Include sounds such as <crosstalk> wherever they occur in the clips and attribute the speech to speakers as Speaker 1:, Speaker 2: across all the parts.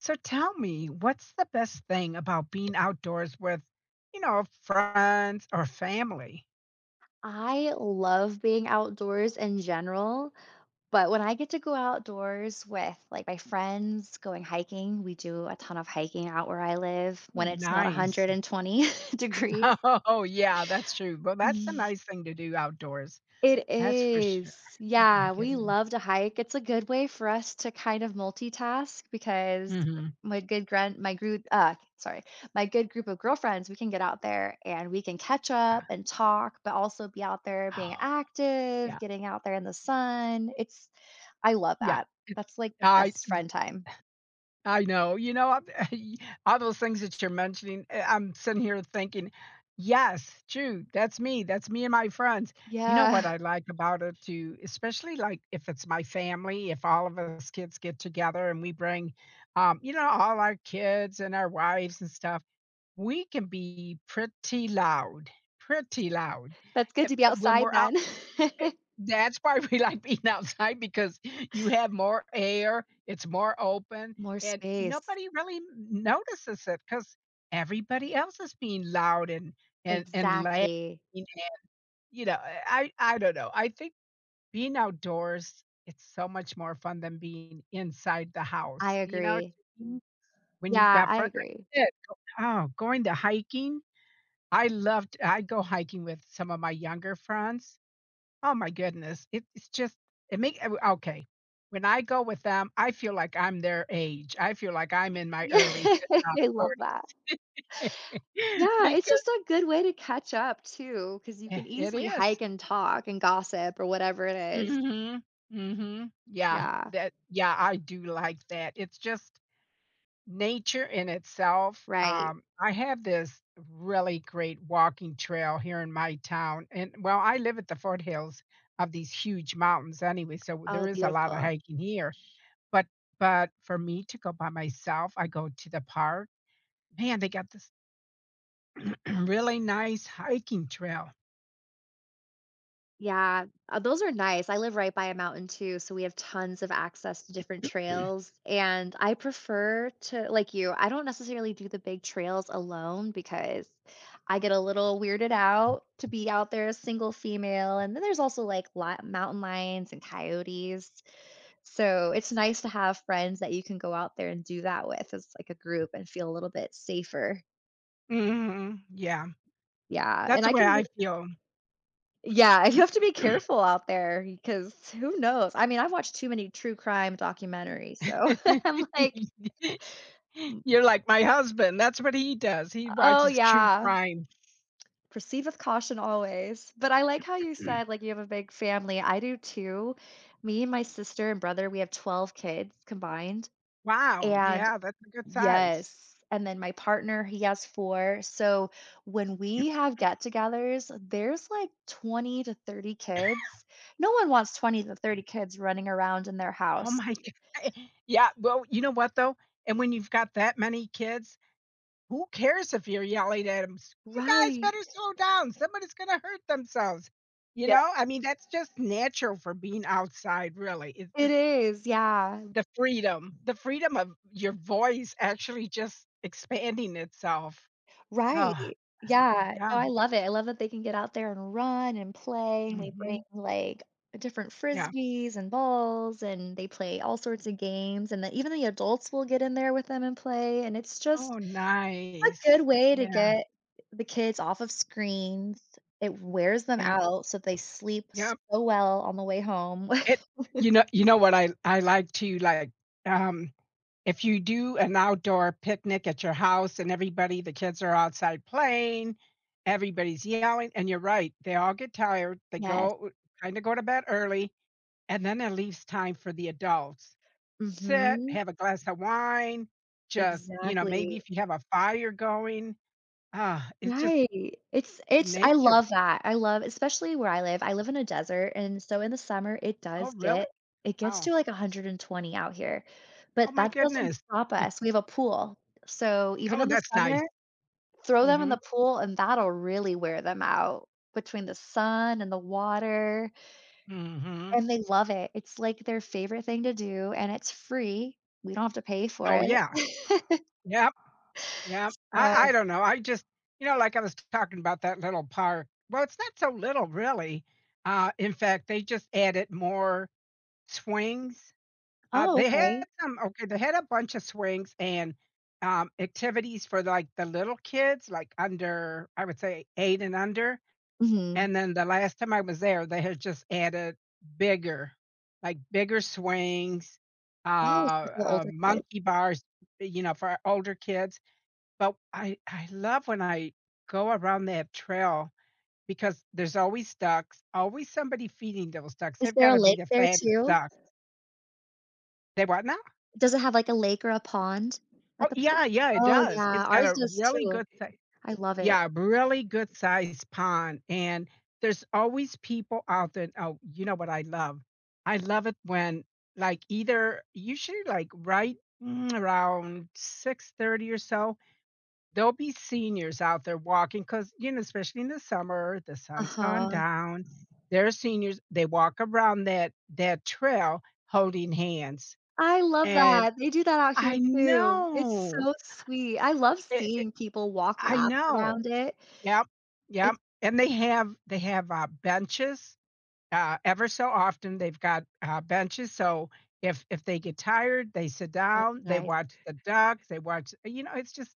Speaker 1: So tell me, what's the best thing about being outdoors with, friends or family?
Speaker 2: I love being outdoors in general, but when I get to go outdoors with like my friends going hiking, we do a ton of hiking out where I live
Speaker 1: Ooh,
Speaker 2: when it's not
Speaker 1: nice.
Speaker 2: 120 <laughs> degrees.
Speaker 1: <laughs> Oh, yeah, that's true. Well, that's a nice thing to do outdoors.
Speaker 2: It
Speaker 1: That's for sure.
Speaker 2: is.
Speaker 1: Oh my
Speaker 2: Yeah, we
Speaker 1: goodness.
Speaker 2: love to hike. It's a good way for us to kind of multitask because
Speaker 1: Mhm.
Speaker 2: my good grand my group uh sorry, my good group of girlfriends, we can get out there and we can catch
Speaker 1: Yeah.
Speaker 2: up and talk, but also be out there being
Speaker 1: Oh,
Speaker 2: active,
Speaker 1: yeah.
Speaker 2: getting out there in the sun. It's I love
Speaker 1: Yeah.
Speaker 2: that.
Speaker 1: It
Speaker 2: That's like the
Speaker 1: I
Speaker 2: best friend time.
Speaker 1: I know. You know, I <laughs> all those things that you're mentioning, I'm sitting here thinking, "Yes, true, that's me and my friends." You know
Speaker 2: Yeah.
Speaker 1: what I like about it too, especially, like, if it's my family, if all of us kids get together and we bring, all our kids and our wives and stuff, we can be pretty loud, pretty loud.
Speaker 2: <laughs> That's good to be
Speaker 1: When
Speaker 2: outside
Speaker 1: we're out.
Speaker 2: then.
Speaker 1: Eh,
Speaker 2: <laughs>
Speaker 1: that's why we <laughs> like being outside because you have more air, it's more open,
Speaker 2: More
Speaker 1: and
Speaker 2: space.
Speaker 1: nobody really notices it because everybody else is being loud and laughing,
Speaker 2: Exactly.
Speaker 1: you know, I don't know. I think being outdoors, it's so much more fun than being inside the
Speaker 2: I
Speaker 1: house,
Speaker 2: agree.
Speaker 1: when you've
Speaker 2: Yeah,
Speaker 1: got
Speaker 2: I
Speaker 1: front. Like
Speaker 2: agree.
Speaker 1: you said, going to hiking, I go hiking with some of my younger friends. Oh my goodness. It's just it make, okay. When I go with them, I feel like I'm their age. I feel like I'm in my
Speaker 2: Yeah,
Speaker 1: early to,
Speaker 2: <laughs> I love that.
Speaker 1: 40s <laughs>
Speaker 2: Yeah, it's
Speaker 1: because
Speaker 2: just a good way to catch up too, because you can
Speaker 1: it
Speaker 2: easily hike
Speaker 1: is.
Speaker 2: and talk and gossip or whatever it is.
Speaker 1: Mhm. Mhm. Yeah,
Speaker 2: Yeah,
Speaker 1: that yeah, I do like that. It's just nature in itself.
Speaker 2: right.
Speaker 1: I have this really great walking trail here in my town, and well, I live at the foothills of these huge mountains anyway, so there
Speaker 2: Oh,
Speaker 1: is a lot of
Speaker 2: beautiful.
Speaker 1: hiking here. But but for me to go by myself, I go to the park. Man, they got this <clears throat> really nice hiking trail.
Speaker 2: Yeah, those are nice. I live right by a mountain too, so we have tons of access to different trails. And I prefer to, like you, I don't necessarily do the big trails alone because I get a little weirded out to be out there as single female. And then there's also like li mountain lions and coyotes. So it's nice to have friends that you can go out there and do that with as like a group and feel a little bit safer.
Speaker 1: Mhm, yeah.
Speaker 2: Yeah,
Speaker 1: That's
Speaker 2: and
Speaker 1: the
Speaker 2: I
Speaker 1: way
Speaker 2: can
Speaker 1: I feel.
Speaker 2: Yeah, <laughs> you have to be careful out there because who knows? I mean, I've watched too many true crime documentaries, so <laughs> I'm like,
Speaker 1: <laughs>
Speaker 2: Mm.
Speaker 1: You're like my husband, that's what he does. He
Speaker 2: "Oh,
Speaker 1: watches true
Speaker 2: yeah,
Speaker 1: crime.
Speaker 2: proceed with caution always." But I like how you said, like, you have a big family. I do too. Me and my sister and brother, we have 12 kids combined,
Speaker 1: Wow,
Speaker 2: and
Speaker 1: yeah, that's a good size.
Speaker 2: yes. And then my partner, he has 4. So when we have get-togethers, there's like 20 to 30 kids. No one wants 20 to 30 kids running around in their
Speaker 1: Oh
Speaker 2: house.
Speaker 1: my <laughs> god. Yeah, well, you know what, though? And when you've got that many kids, who cares if you're yelling at them? You guys
Speaker 2: Right.
Speaker 1: better slow down. Somebody's gonna hurt themselves." You
Speaker 2: Yeah,
Speaker 1: know? I mean, that's just natural for being outside, really. It's
Speaker 2: it
Speaker 1: just
Speaker 2: is, yeah.
Speaker 1: the freedom, of your voice actually just expanding itself.
Speaker 2: Right.
Speaker 1: Oh,
Speaker 2: Yeah. No,
Speaker 1: yeah.
Speaker 2: I love it. I love that they can get out there and run and play, and we bring,
Speaker 1: Mhm.
Speaker 2: like, different
Speaker 1: Yeah.
Speaker 2: frisbees and balls, and they play all sorts of games, and then even the adults will get in there with them and play, and it's just
Speaker 1: Oh,
Speaker 2: a
Speaker 1: nice.
Speaker 2: good way to
Speaker 1: Yeah,
Speaker 2: get the kids off of screens. It wears them
Speaker 1: yeah.
Speaker 2: out so they sleep
Speaker 1: Yep.
Speaker 2: so well on the way home.
Speaker 1: It
Speaker 2: <laughs>
Speaker 1: You know what I like to like, um if you do an outdoor picnic at your house and everybody, the kids are outside playing, everybody's yelling, and you're right, they all get tired. They
Speaker 2: Yes.
Speaker 1: go kind of go to bed early, and then it leaves time for the adults. Sit,
Speaker 2: Mhm.
Speaker 1: have a glass of wine, just, maybe
Speaker 2: Exactly.
Speaker 1: if you have a fire going. Ah, it's just
Speaker 2: Right. It's I
Speaker 1: nature.
Speaker 2: love that. I love especially where I live. I live in a desert, and so in the summer, it
Speaker 1: Oh,
Speaker 2: does
Speaker 1: really?
Speaker 2: get it gets
Speaker 1: Wow.
Speaker 2: to, like, 120 out here,
Speaker 1: Oh
Speaker 2: but
Speaker 1: my
Speaker 2: that doesn't
Speaker 1: goodness.
Speaker 2: stop
Speaker 1: <laughs>
Speaker 2: us. We have a pool, so even
Speaker 1: Oh,
Speaker 2: in the
Speaker 1: that's nice.
Speaker 2: summer, throw them in
Speaker 1: Mhm.
Speaker 2: the pool, and that'll really wear them out between the sun and the water,
Speaker 1: Mhm.
Speaker 2: and they love it. It's, like, their favorite thing to do, and it's free. We don't have to pay for
Speaker 1: Oh, yeah.
Speaker 2: it. <laughs>
Speaker 1: Yep. Yeah, I
Speaker 2: So
Speaker 1: don't know. I just like I was talking about that little park. Well, it's not so little, really. In fact, they just added more swings.
Speaker 2: Oh,
Speaker 1: They had
Speaker 2: okay.
Speaker 1: some, okay, they had a bunch of swings and, activities for like the little kids, like under, I would say, 8 and under.
Speaker 2: Mhm.
Speaker 1: And then the last time I was there, they had just added bigger, swings,
Speaker 2: Oh, so for the older kids.
Speaker 1: monkey bars, for older kids, but I love when I go around that trail because there's always ducks, always somebody feeding those ducks.
Speaker 2: Is
Speaker 1: They've
Speaker 2: there a
Speaker 1: gotta be
Speaker 2: lake
Speaker 1: the
Speaker 2: there
Speaker 1: fattest
Speaker 2: too?
Speaker 1: duck. They what now?
Speaker 2: Does it have, like, a lake or a pond at
Speaker 1: Oh,
Speaker 2: the park?
Speaker 1: yeah, yeah, it
Speaker 2: Oh,
Speaker 1: does.
Speaker 2: yeah,
Speaker 1: It's got
Speaker 2: ours
Speaker 1: a
Speaker 2: does
Speaker 1: really
Speaker 2: too.
Speaker 1: good si
Speaker 2: I love it.
Speaker 1: yeah, really good sized pond, and there's always people out there. Oh, you know what I love? I love it when, like, either usually, like, right, around 6:30 or so, there'll be seniors out there walking because, especially in the summer, the sun's gone
Speaker 2: Uh-huh.
Speaker 1: down. There are seniors, they walk around that that trail holding hands,
Speaker 2: I love
Speaker 1: and
Speaker 2: that. They do that out here
Speaker 1: I
Speaker 2: too. It's
Speaker 1: know.
Speaker 2: so sweet. I love
Speaker 1: It
Speaker 2: seeing people walk
Speaker 1: I
Speaker 2: laps
Speaker 1: know.
Speaker 2: around it.
Speaker 1: Yep, yep,
Speaker 2: It's
Speaker 1: and they have, benches. Ever so often, they've got, benches, so if they get tired, they sit
Speaker 2: so
Speaker 1: down, they
Speaker 2: nice.
Speaker 1: watch the ducks, they watch, it's just.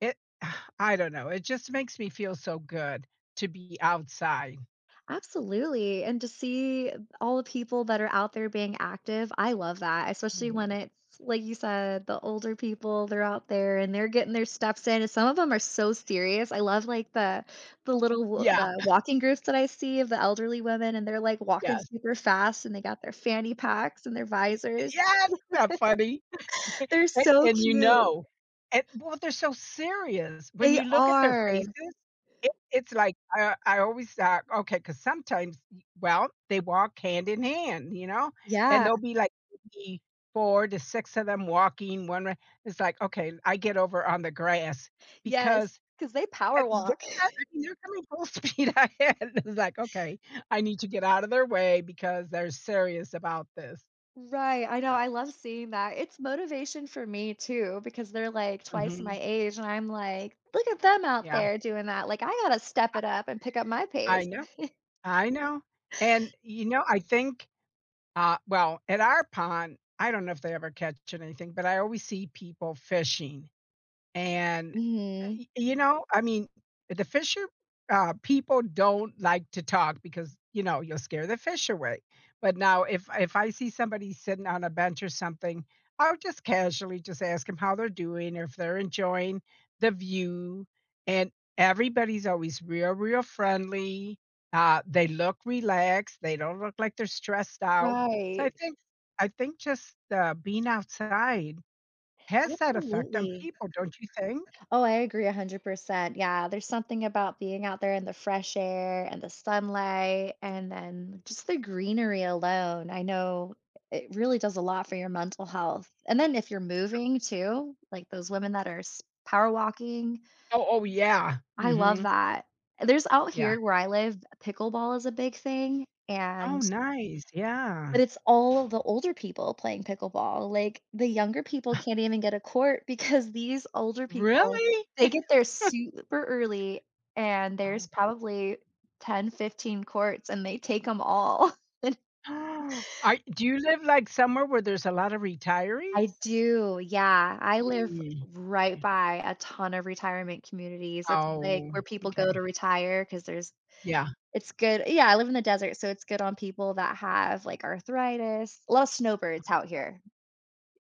Speaker 1: It <sighs> I don't know, it just makes me feel so good to be outside.
Speaker 2: Absolutely. And to see all the people that are out there being active, I love that, especially
Speaker 1: Mhm.
Speaker 2: when it's like you said, the older people, they're out there and they're getting their steps in. And some of them are so serious. I love like the the little w-
Speaker 1: Yeah,
Speaker 2: the walking groups that I see of the elderly women and they're like walking
Speaker 1: yes.
Speaker 2: super fast and they got their fanny packs and their visors.
Speaker 1: Yes! Isn't
Speaker 2: <laughs>
Speaker 1: that funny? <laughs>
Speaker 2: They're
Speaker 1: And
Speaker 2: so
Speaker 1: and
Speaker 2: cute.
Speaker 1: well, they're so serious. When
Speaker 2: They
Speaker 1: you look at their
Speaker 2: are.
Speaker 1: faces, it's like, I always thought, okay, because sometimes well, they walk hand in hand, and
Speaker 2: Yeah.
Speaker 1: there'll be, like, maybe 4 to 6 of them walking one way. It's like, "Okay, I get over on the grass,"
Speaker 2: Yes.
Speaker 1: because
Speaker 2: Because they power
Speaker 1: Yeah,
Speaker 2: walk.
Speaker 1: I mean, they're coming full speed <laughs> ahead, it's like, "Okay, I need to get out of their way because they're serious about this."
Speaker 2: Right, I know,
Speaker 1: So
Speaker 2: I love seeing that. It's motivation for me too because they're like twice my
Speaker 1: mhm,
Speaker 2: age and I'm like, "Look at them out
Speaker 1: yeah,
Speaker 2: there doing that, like, I gotta step it up and pick up my
Speaker 1: I
Speaker 2: pace."
Speaker 1: know, I know, and, I think, well, at our pond, I don't know if they ever catch anything, but I always see people fishing. And,
Speaker 2: Mhm.
Speaker 1: y you know, I mean, the fisher people don't like to talk because, you know, you'll scare the fish away. But now if I see somebody sitting on a bench or something, I'll just casually just ask them how they're doing or if they're enjoying the view, and everybody's always real, real friendly. They look relaxed, they don't look like they're stressed out. So
Speaker 2: Right,
Speaker 1: I think just, being outside has that effect on
Speaker 2: absolutely.
Speaker 1: people, don't you think?
Speaker 2: Oh, I agree 100%, yeah, there's something about being out there in the fresh air and the sunlight and then just the greenery alone, I know it really does a lot for your mental health, and then if you're moving too, like those women that are s power walking
Speaker 1: Oh, oh, yeah.
Speaker 2: I love
Speaker 1: Mhm.
Speaker 2: that. There's out
Speaker 1: Yeah.
Speaker 2: here where I live, pickleball is a big thing, and
Speaker 1: Oh, nice. Yeah.
Speaker 2: but it's all the older people playing pickleball, like, the younger people can't even get a court <laughs> because these older people,
Speaker 1: Really?
Speaker 2: they get there super early, and there's
Speaker 1: Oh.
Speaker 2: probably 10, 15 courts, and they take them all.
Speaker 1: <gasps> Are Do you live, like, somewhere where there's a lot of
Speaker 2: <laughs> I
Speaker 1: retirees?
Speaker 2: do, yeah. I live
Speaker 1: Mm.
Speaker 2: right
Speaker 1: Okay.
Speaker 2: by a ton of retirement communities. It's, like,
Speaker 1: Oh,
Speaker 2: where people go to
Speaker 1: okay.
Speaker 2: retire because there's
Speaker 1: Yeah.
Speaker 2: It's good yeah, I live in the desert, so it's good on people that have, like, arthritis. A lot of snowbirds out here.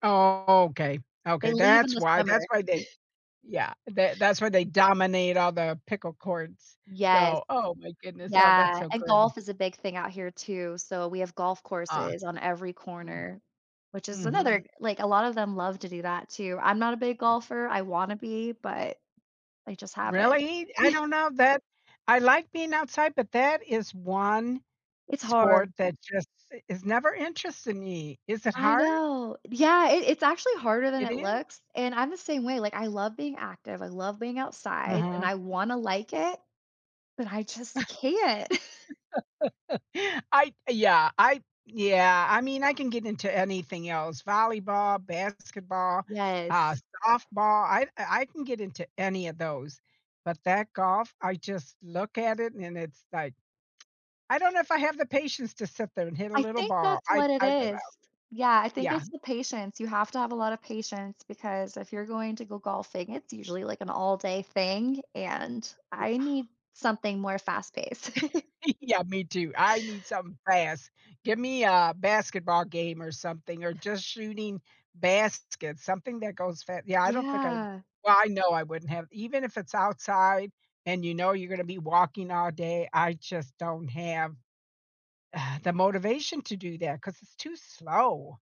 Speaker 1: Oh, okay.
Speaker 2: They
Speaker 1: Okay,
Speaker 2: leave in
Speaker 1: that's
Speaker 2: the
Speaker 1: why,
Speaker 2: summer.
Speaker 1: that's why they yeah, that, that's why they dominate all the pickle courts.
Speaker 2: Yes.
Speaker 1: So, oh my goodness. Oh, that's
Speaker 2: Yeah,
Speaker 1: so
Speaker 2: and
Speaker 1: good.
Speaker 2: golf is a big thing out here too, so we have golf
Speaker 1: Ah.
Speaker 2: courses on every
Speaker 1: Mm.
Speaker 2: corner, which is another
Speaker 1: Mhm.
Speaker 2: like, a lot of them love to do that too. I'm not a big golfer, I wanna be, but I just haven't.
Speaker 1: Really? I
Speaker 2: <laughs>
Speaker 1: don't know that I like being outside, but that is one
Speaker 2: It's
Speaker 1: sport
Speaker 2: hard.
Speaker 1: that just is never interested me. Is it
Speaker 2: I
Speaker 1: hard?
Speaker 2: know. Yeah, it's actually harder than
Speaker 1: It
Speaker 2: it
Speaker 1: is?
Speaker 2: looks, and I'm the same way, like, I love being active, I love being outside, and
Speaker 1: Uh-huh.
Speaker 2: I wanna like it, but I just can't. <laughs>
Speaker 1: I yeah, I Yeah, I mean, I can get into anything else, volleyball, basketball, uh,
Speaker 2: Yes.
Speaker 1: softball. I can get into any of those, but that golf, I just look at it and it's like, I don't know if I have the patience to sit there and hit a
Speaker 2: I
Speaker 1: little
Speaker 2: think
Speaker 1: ball.
Speaker 2: that's
Speaker 1: I
Speaker 2: what it
Speaker 1: I don't know.
Speaker 2: is. Yeah, I think
Speaker 1: Yeah.
Speaker 2: it's the patience. You have to have a lot of patience because if you're going to go golfing, it's usually like an all day thing. And I need something more fast paced. <laughs>
Speaker 1: <laughs> Yeah, me too. I need something fast. Give me a basketball game or something, or just shooting baskets, something that goes fast. Yeah, I don't think I
Speaker 2: Yeah,
Speaker 1: Well, I know I wouldn't have even if it's outside and you know you're gonna be walking all day, I just don't have <sighs> the motivation to do that because it's too slow.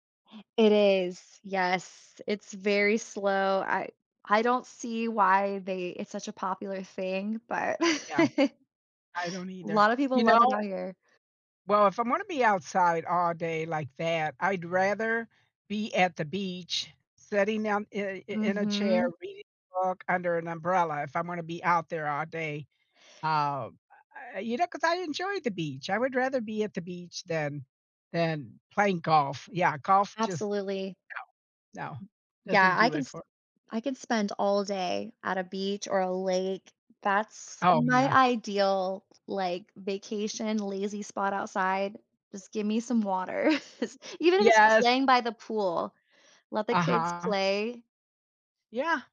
Speaker 2: it is. Yes, it's very slow. I don't see why they it's such a popular thing, but <laughs>
Speaker 1: Yeah,
Speaker 2: a
Speaker 1: I don't either.
Speaker 2: lot of people
Speaker 1: You
Speaker 2: love it out
Speaker 1: know
Speaker 2: here.
Speaker 1: Well, if I'm gonna be outside all day like that, I'd rather be at the beach, sitting down I in a chair,
Speaker 2: Mhm.
Speaker 1: reading a book under an umbrella if I'm gonna be out there all day. Um, 'Cause I enjoy the beach. I would rather be at the beach than playing golf. Yeah, golf just,
Speaker 2: Absolutely.
Speaker 1: no, doesn't
Speaker 2: Yeah, I
Speaker 1: do
Speaker 2: can
Speaker 1: it for
Speaker 2: I could spend all day at a beach or a lake. That's
Speaker 1: Oh,
Speaker 2: my
Speaker 1: yeah.
Speaker 2: ideal like vacation, lazy spot outside. Just give me some water. <laughs> Even if it's just
Speaker 1: Yes.
Speaker 2: laying by the pool, let the kids
Speaker 1: Uh-huh.
Speaker 2: play.
Speaker 1: Yeah.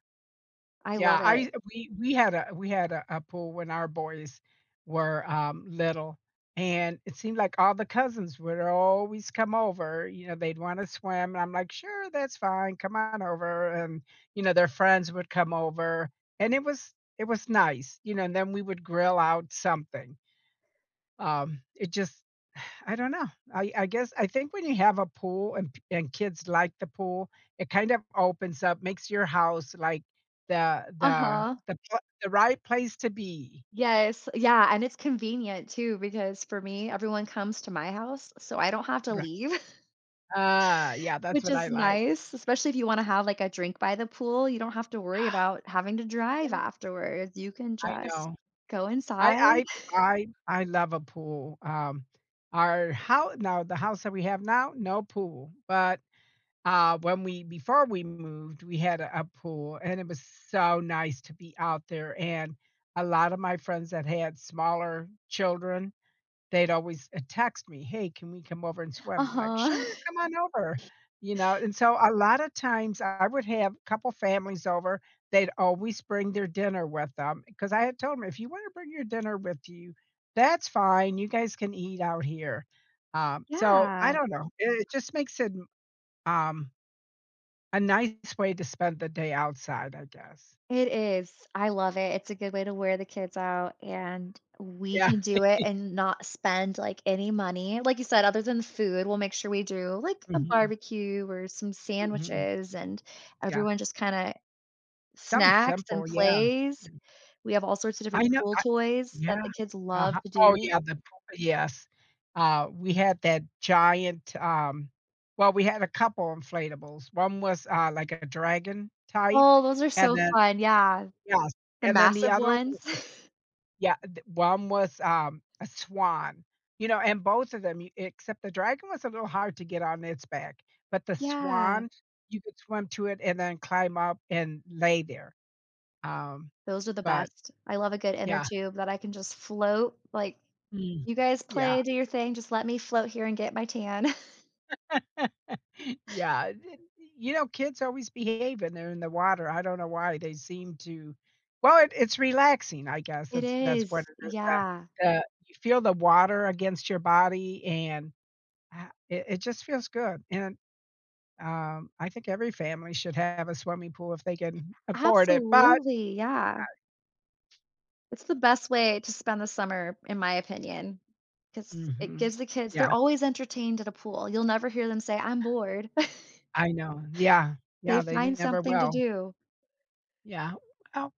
Speaker 2: I love
Speaker 1: Yeah,
Speaker 2: it.
Speaker 1: I we had a we had a pool when our boys were, little, and it seemed like all the cousins would always come over, they'd wanna swim, and I'm like, "Sure, that's fine, come on over," and, their friends would come over, and it was nice, and then we would grill out something. It just. I don't know. I guess I think when you have a pool and p and kids like the pool, it kind of opens up, makes your house like
Speaker 2: Uh-huh.
Speaker 1: the right place to be.
Speaker 2: Yes. Yeah, and it's convenient too because for me, everyone comes to my house, so I don't have to
Speaker 1: Right.
Speaker 2: leave.
Speaker 1: Ah, yeah, that's
Speaker 2: Which
Speaker 1: what
Speaker 2: is
Speaker 1: I like.
Speaker 2: nice, especially if you wanna have, like, a drink by the pool, you don't have to worry about having to drive
Speaker 1: Yeah,
Speaker 2: afterwards, you can
Speaker 1: I
Speaker 2: just
Speaker 1: know.
Speaker 2: go
Speaker 1: I
Speaker 2: inside.
Speaker 1: I I I love a pool. Our house now The house that we have now, no pool, but when we before we moved, we had a pool, and it was so nice to be out there, and a lot of my friends that had smaller children, they'd always, text me, "Hey, can we come over and
Speaker 2: <laughs>
Speaker 1: swim?" I'm like,
Speaker 2: Uh-huh.
Speaker 1: "Sure,
Speaker 2: <laughs>
Speaker 1: come on over," and so a lot of times, I would have a couple families over, they'd always bring their dinner with them because I had told them, "If you wanna bring your dinner with you, that's fine, you guys can eat out here." So I
Speaker 2: Yeah,
Speaker 1: don't know, it just makes it, um a nice way to spend the day outside, I guess.
Speaker 2: it is, I love it, it's a good way to wear the kids out, and we
Speaker 1: Yeah.
Speaker 2: can do it and not spend, like, any money, like you said, other than food, we'll make sure we do, like, a
Speaker 1: Mhm,
Speaker 2: barbecue or some
Speaker 1: mhm,
Speaker 2: sandwiches, and
Speaker 1: yeah.
Speaker 2: everyone just kinda
Speaker 1: Something
Speaker 2: snacks and
Speaker 1: simple, yes,
Speaker 2: plays.
Speaker 1: yeah.
Speaker 2: We have all sorts of
Speaker 1: I
Speaker 2: different
Speaker 1: know.
Speaker 2: pool
Speaker 1: I
Speaker 2: toys that
Speaker 1: yeah.
Speaker 2: the kids love
Speaker 1: Uh-huh.
Speaker 2: to
Speaker 1: Oh,
Speaker 2: do.
Speaker 1: yeah, the pool, yes. We had that giant, well, we had a couple inflatables. One was, like a dragon type,
Speaker 2: Oh, those are
Speaker 1: and
Speaker 2: so
Speaker 1: then
Speaker 2: fun, yeah.
Speaker 1: yes,
Speaker 2: The
Speaker 1: and then the
Speaker 2: massive
Speaker 1: other one
Speaker 2: ones.
Speaker 1: was.
Speaker 2: <laughs>
Speaker 1: Yeah, th one was, a swan, you know, and both of them, you except the dragon was a little hard to get on its back, but the
Speaker 2: Yeah,
Speaker 1: swan, you could swim to it and then climb up and lay there, um,
Speaker 2: those are the
Speaker 1: but
Speaker 2: best. I love a good inner
Speaker 1: yeah.
Speaker 2: tube that I can just float, like,
Speaker 1: Mm.
Speaker 2: "You guys
Speaker 1: Yeah.
Speaker 2: play, do your thing, just let me float here and get my tan." <laughs>
Speaker 1: <laughs> Yeah, it you know, kids always behave when they're in the water, I don't know why, they seem to. Well, it it's relaxing, I guess,
Speaker 2: It
Speaker 1: that's what
Speaker 2: is,
Speaker 1: it is,
Speaker 2: yeah.
Speaker 1: the you feel the water against your body, and. Ah, it just feels good, and, I think every family should have a swimming pool if they can afford it, but.
Speaker 2: Absolutely, yeah. It's the best way to spend the summer, in my opinion, because it
Speaker 1: Mhm.
Speaker 2: gives the kids they're
Speaker 1: Yeah,
Speaker 2: always entertained at a pool. You'll never hear them say, "I'm bored." <laughs>
Speaker 1: I know. Yeah,
Speaker 2: They
Speaker 1: yeah, they
Speaker 2: find
Speaker 1: never
Speaker 2: something to
Speaker 1: will.
Speaker 2: do.
Speaker 1: Yeah. Well,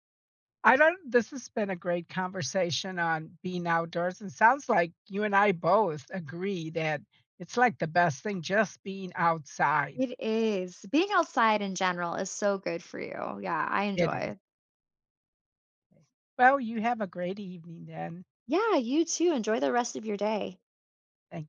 Speaker 1: I don't. This has been a great conversation on being outdoors, and sounds like you and I both agree that it's, like, the best thing just being outside.
Speaker 2: It is. Being outside in general is so good for you. Yeah, I
Speaker 1: It is.
Speaker 2: enjoy.
Speaker 1: Well, you have a great evening then.
Speaker 2: Yeah, you too. Enjoy the rest of your day.
Speaker 1: Thank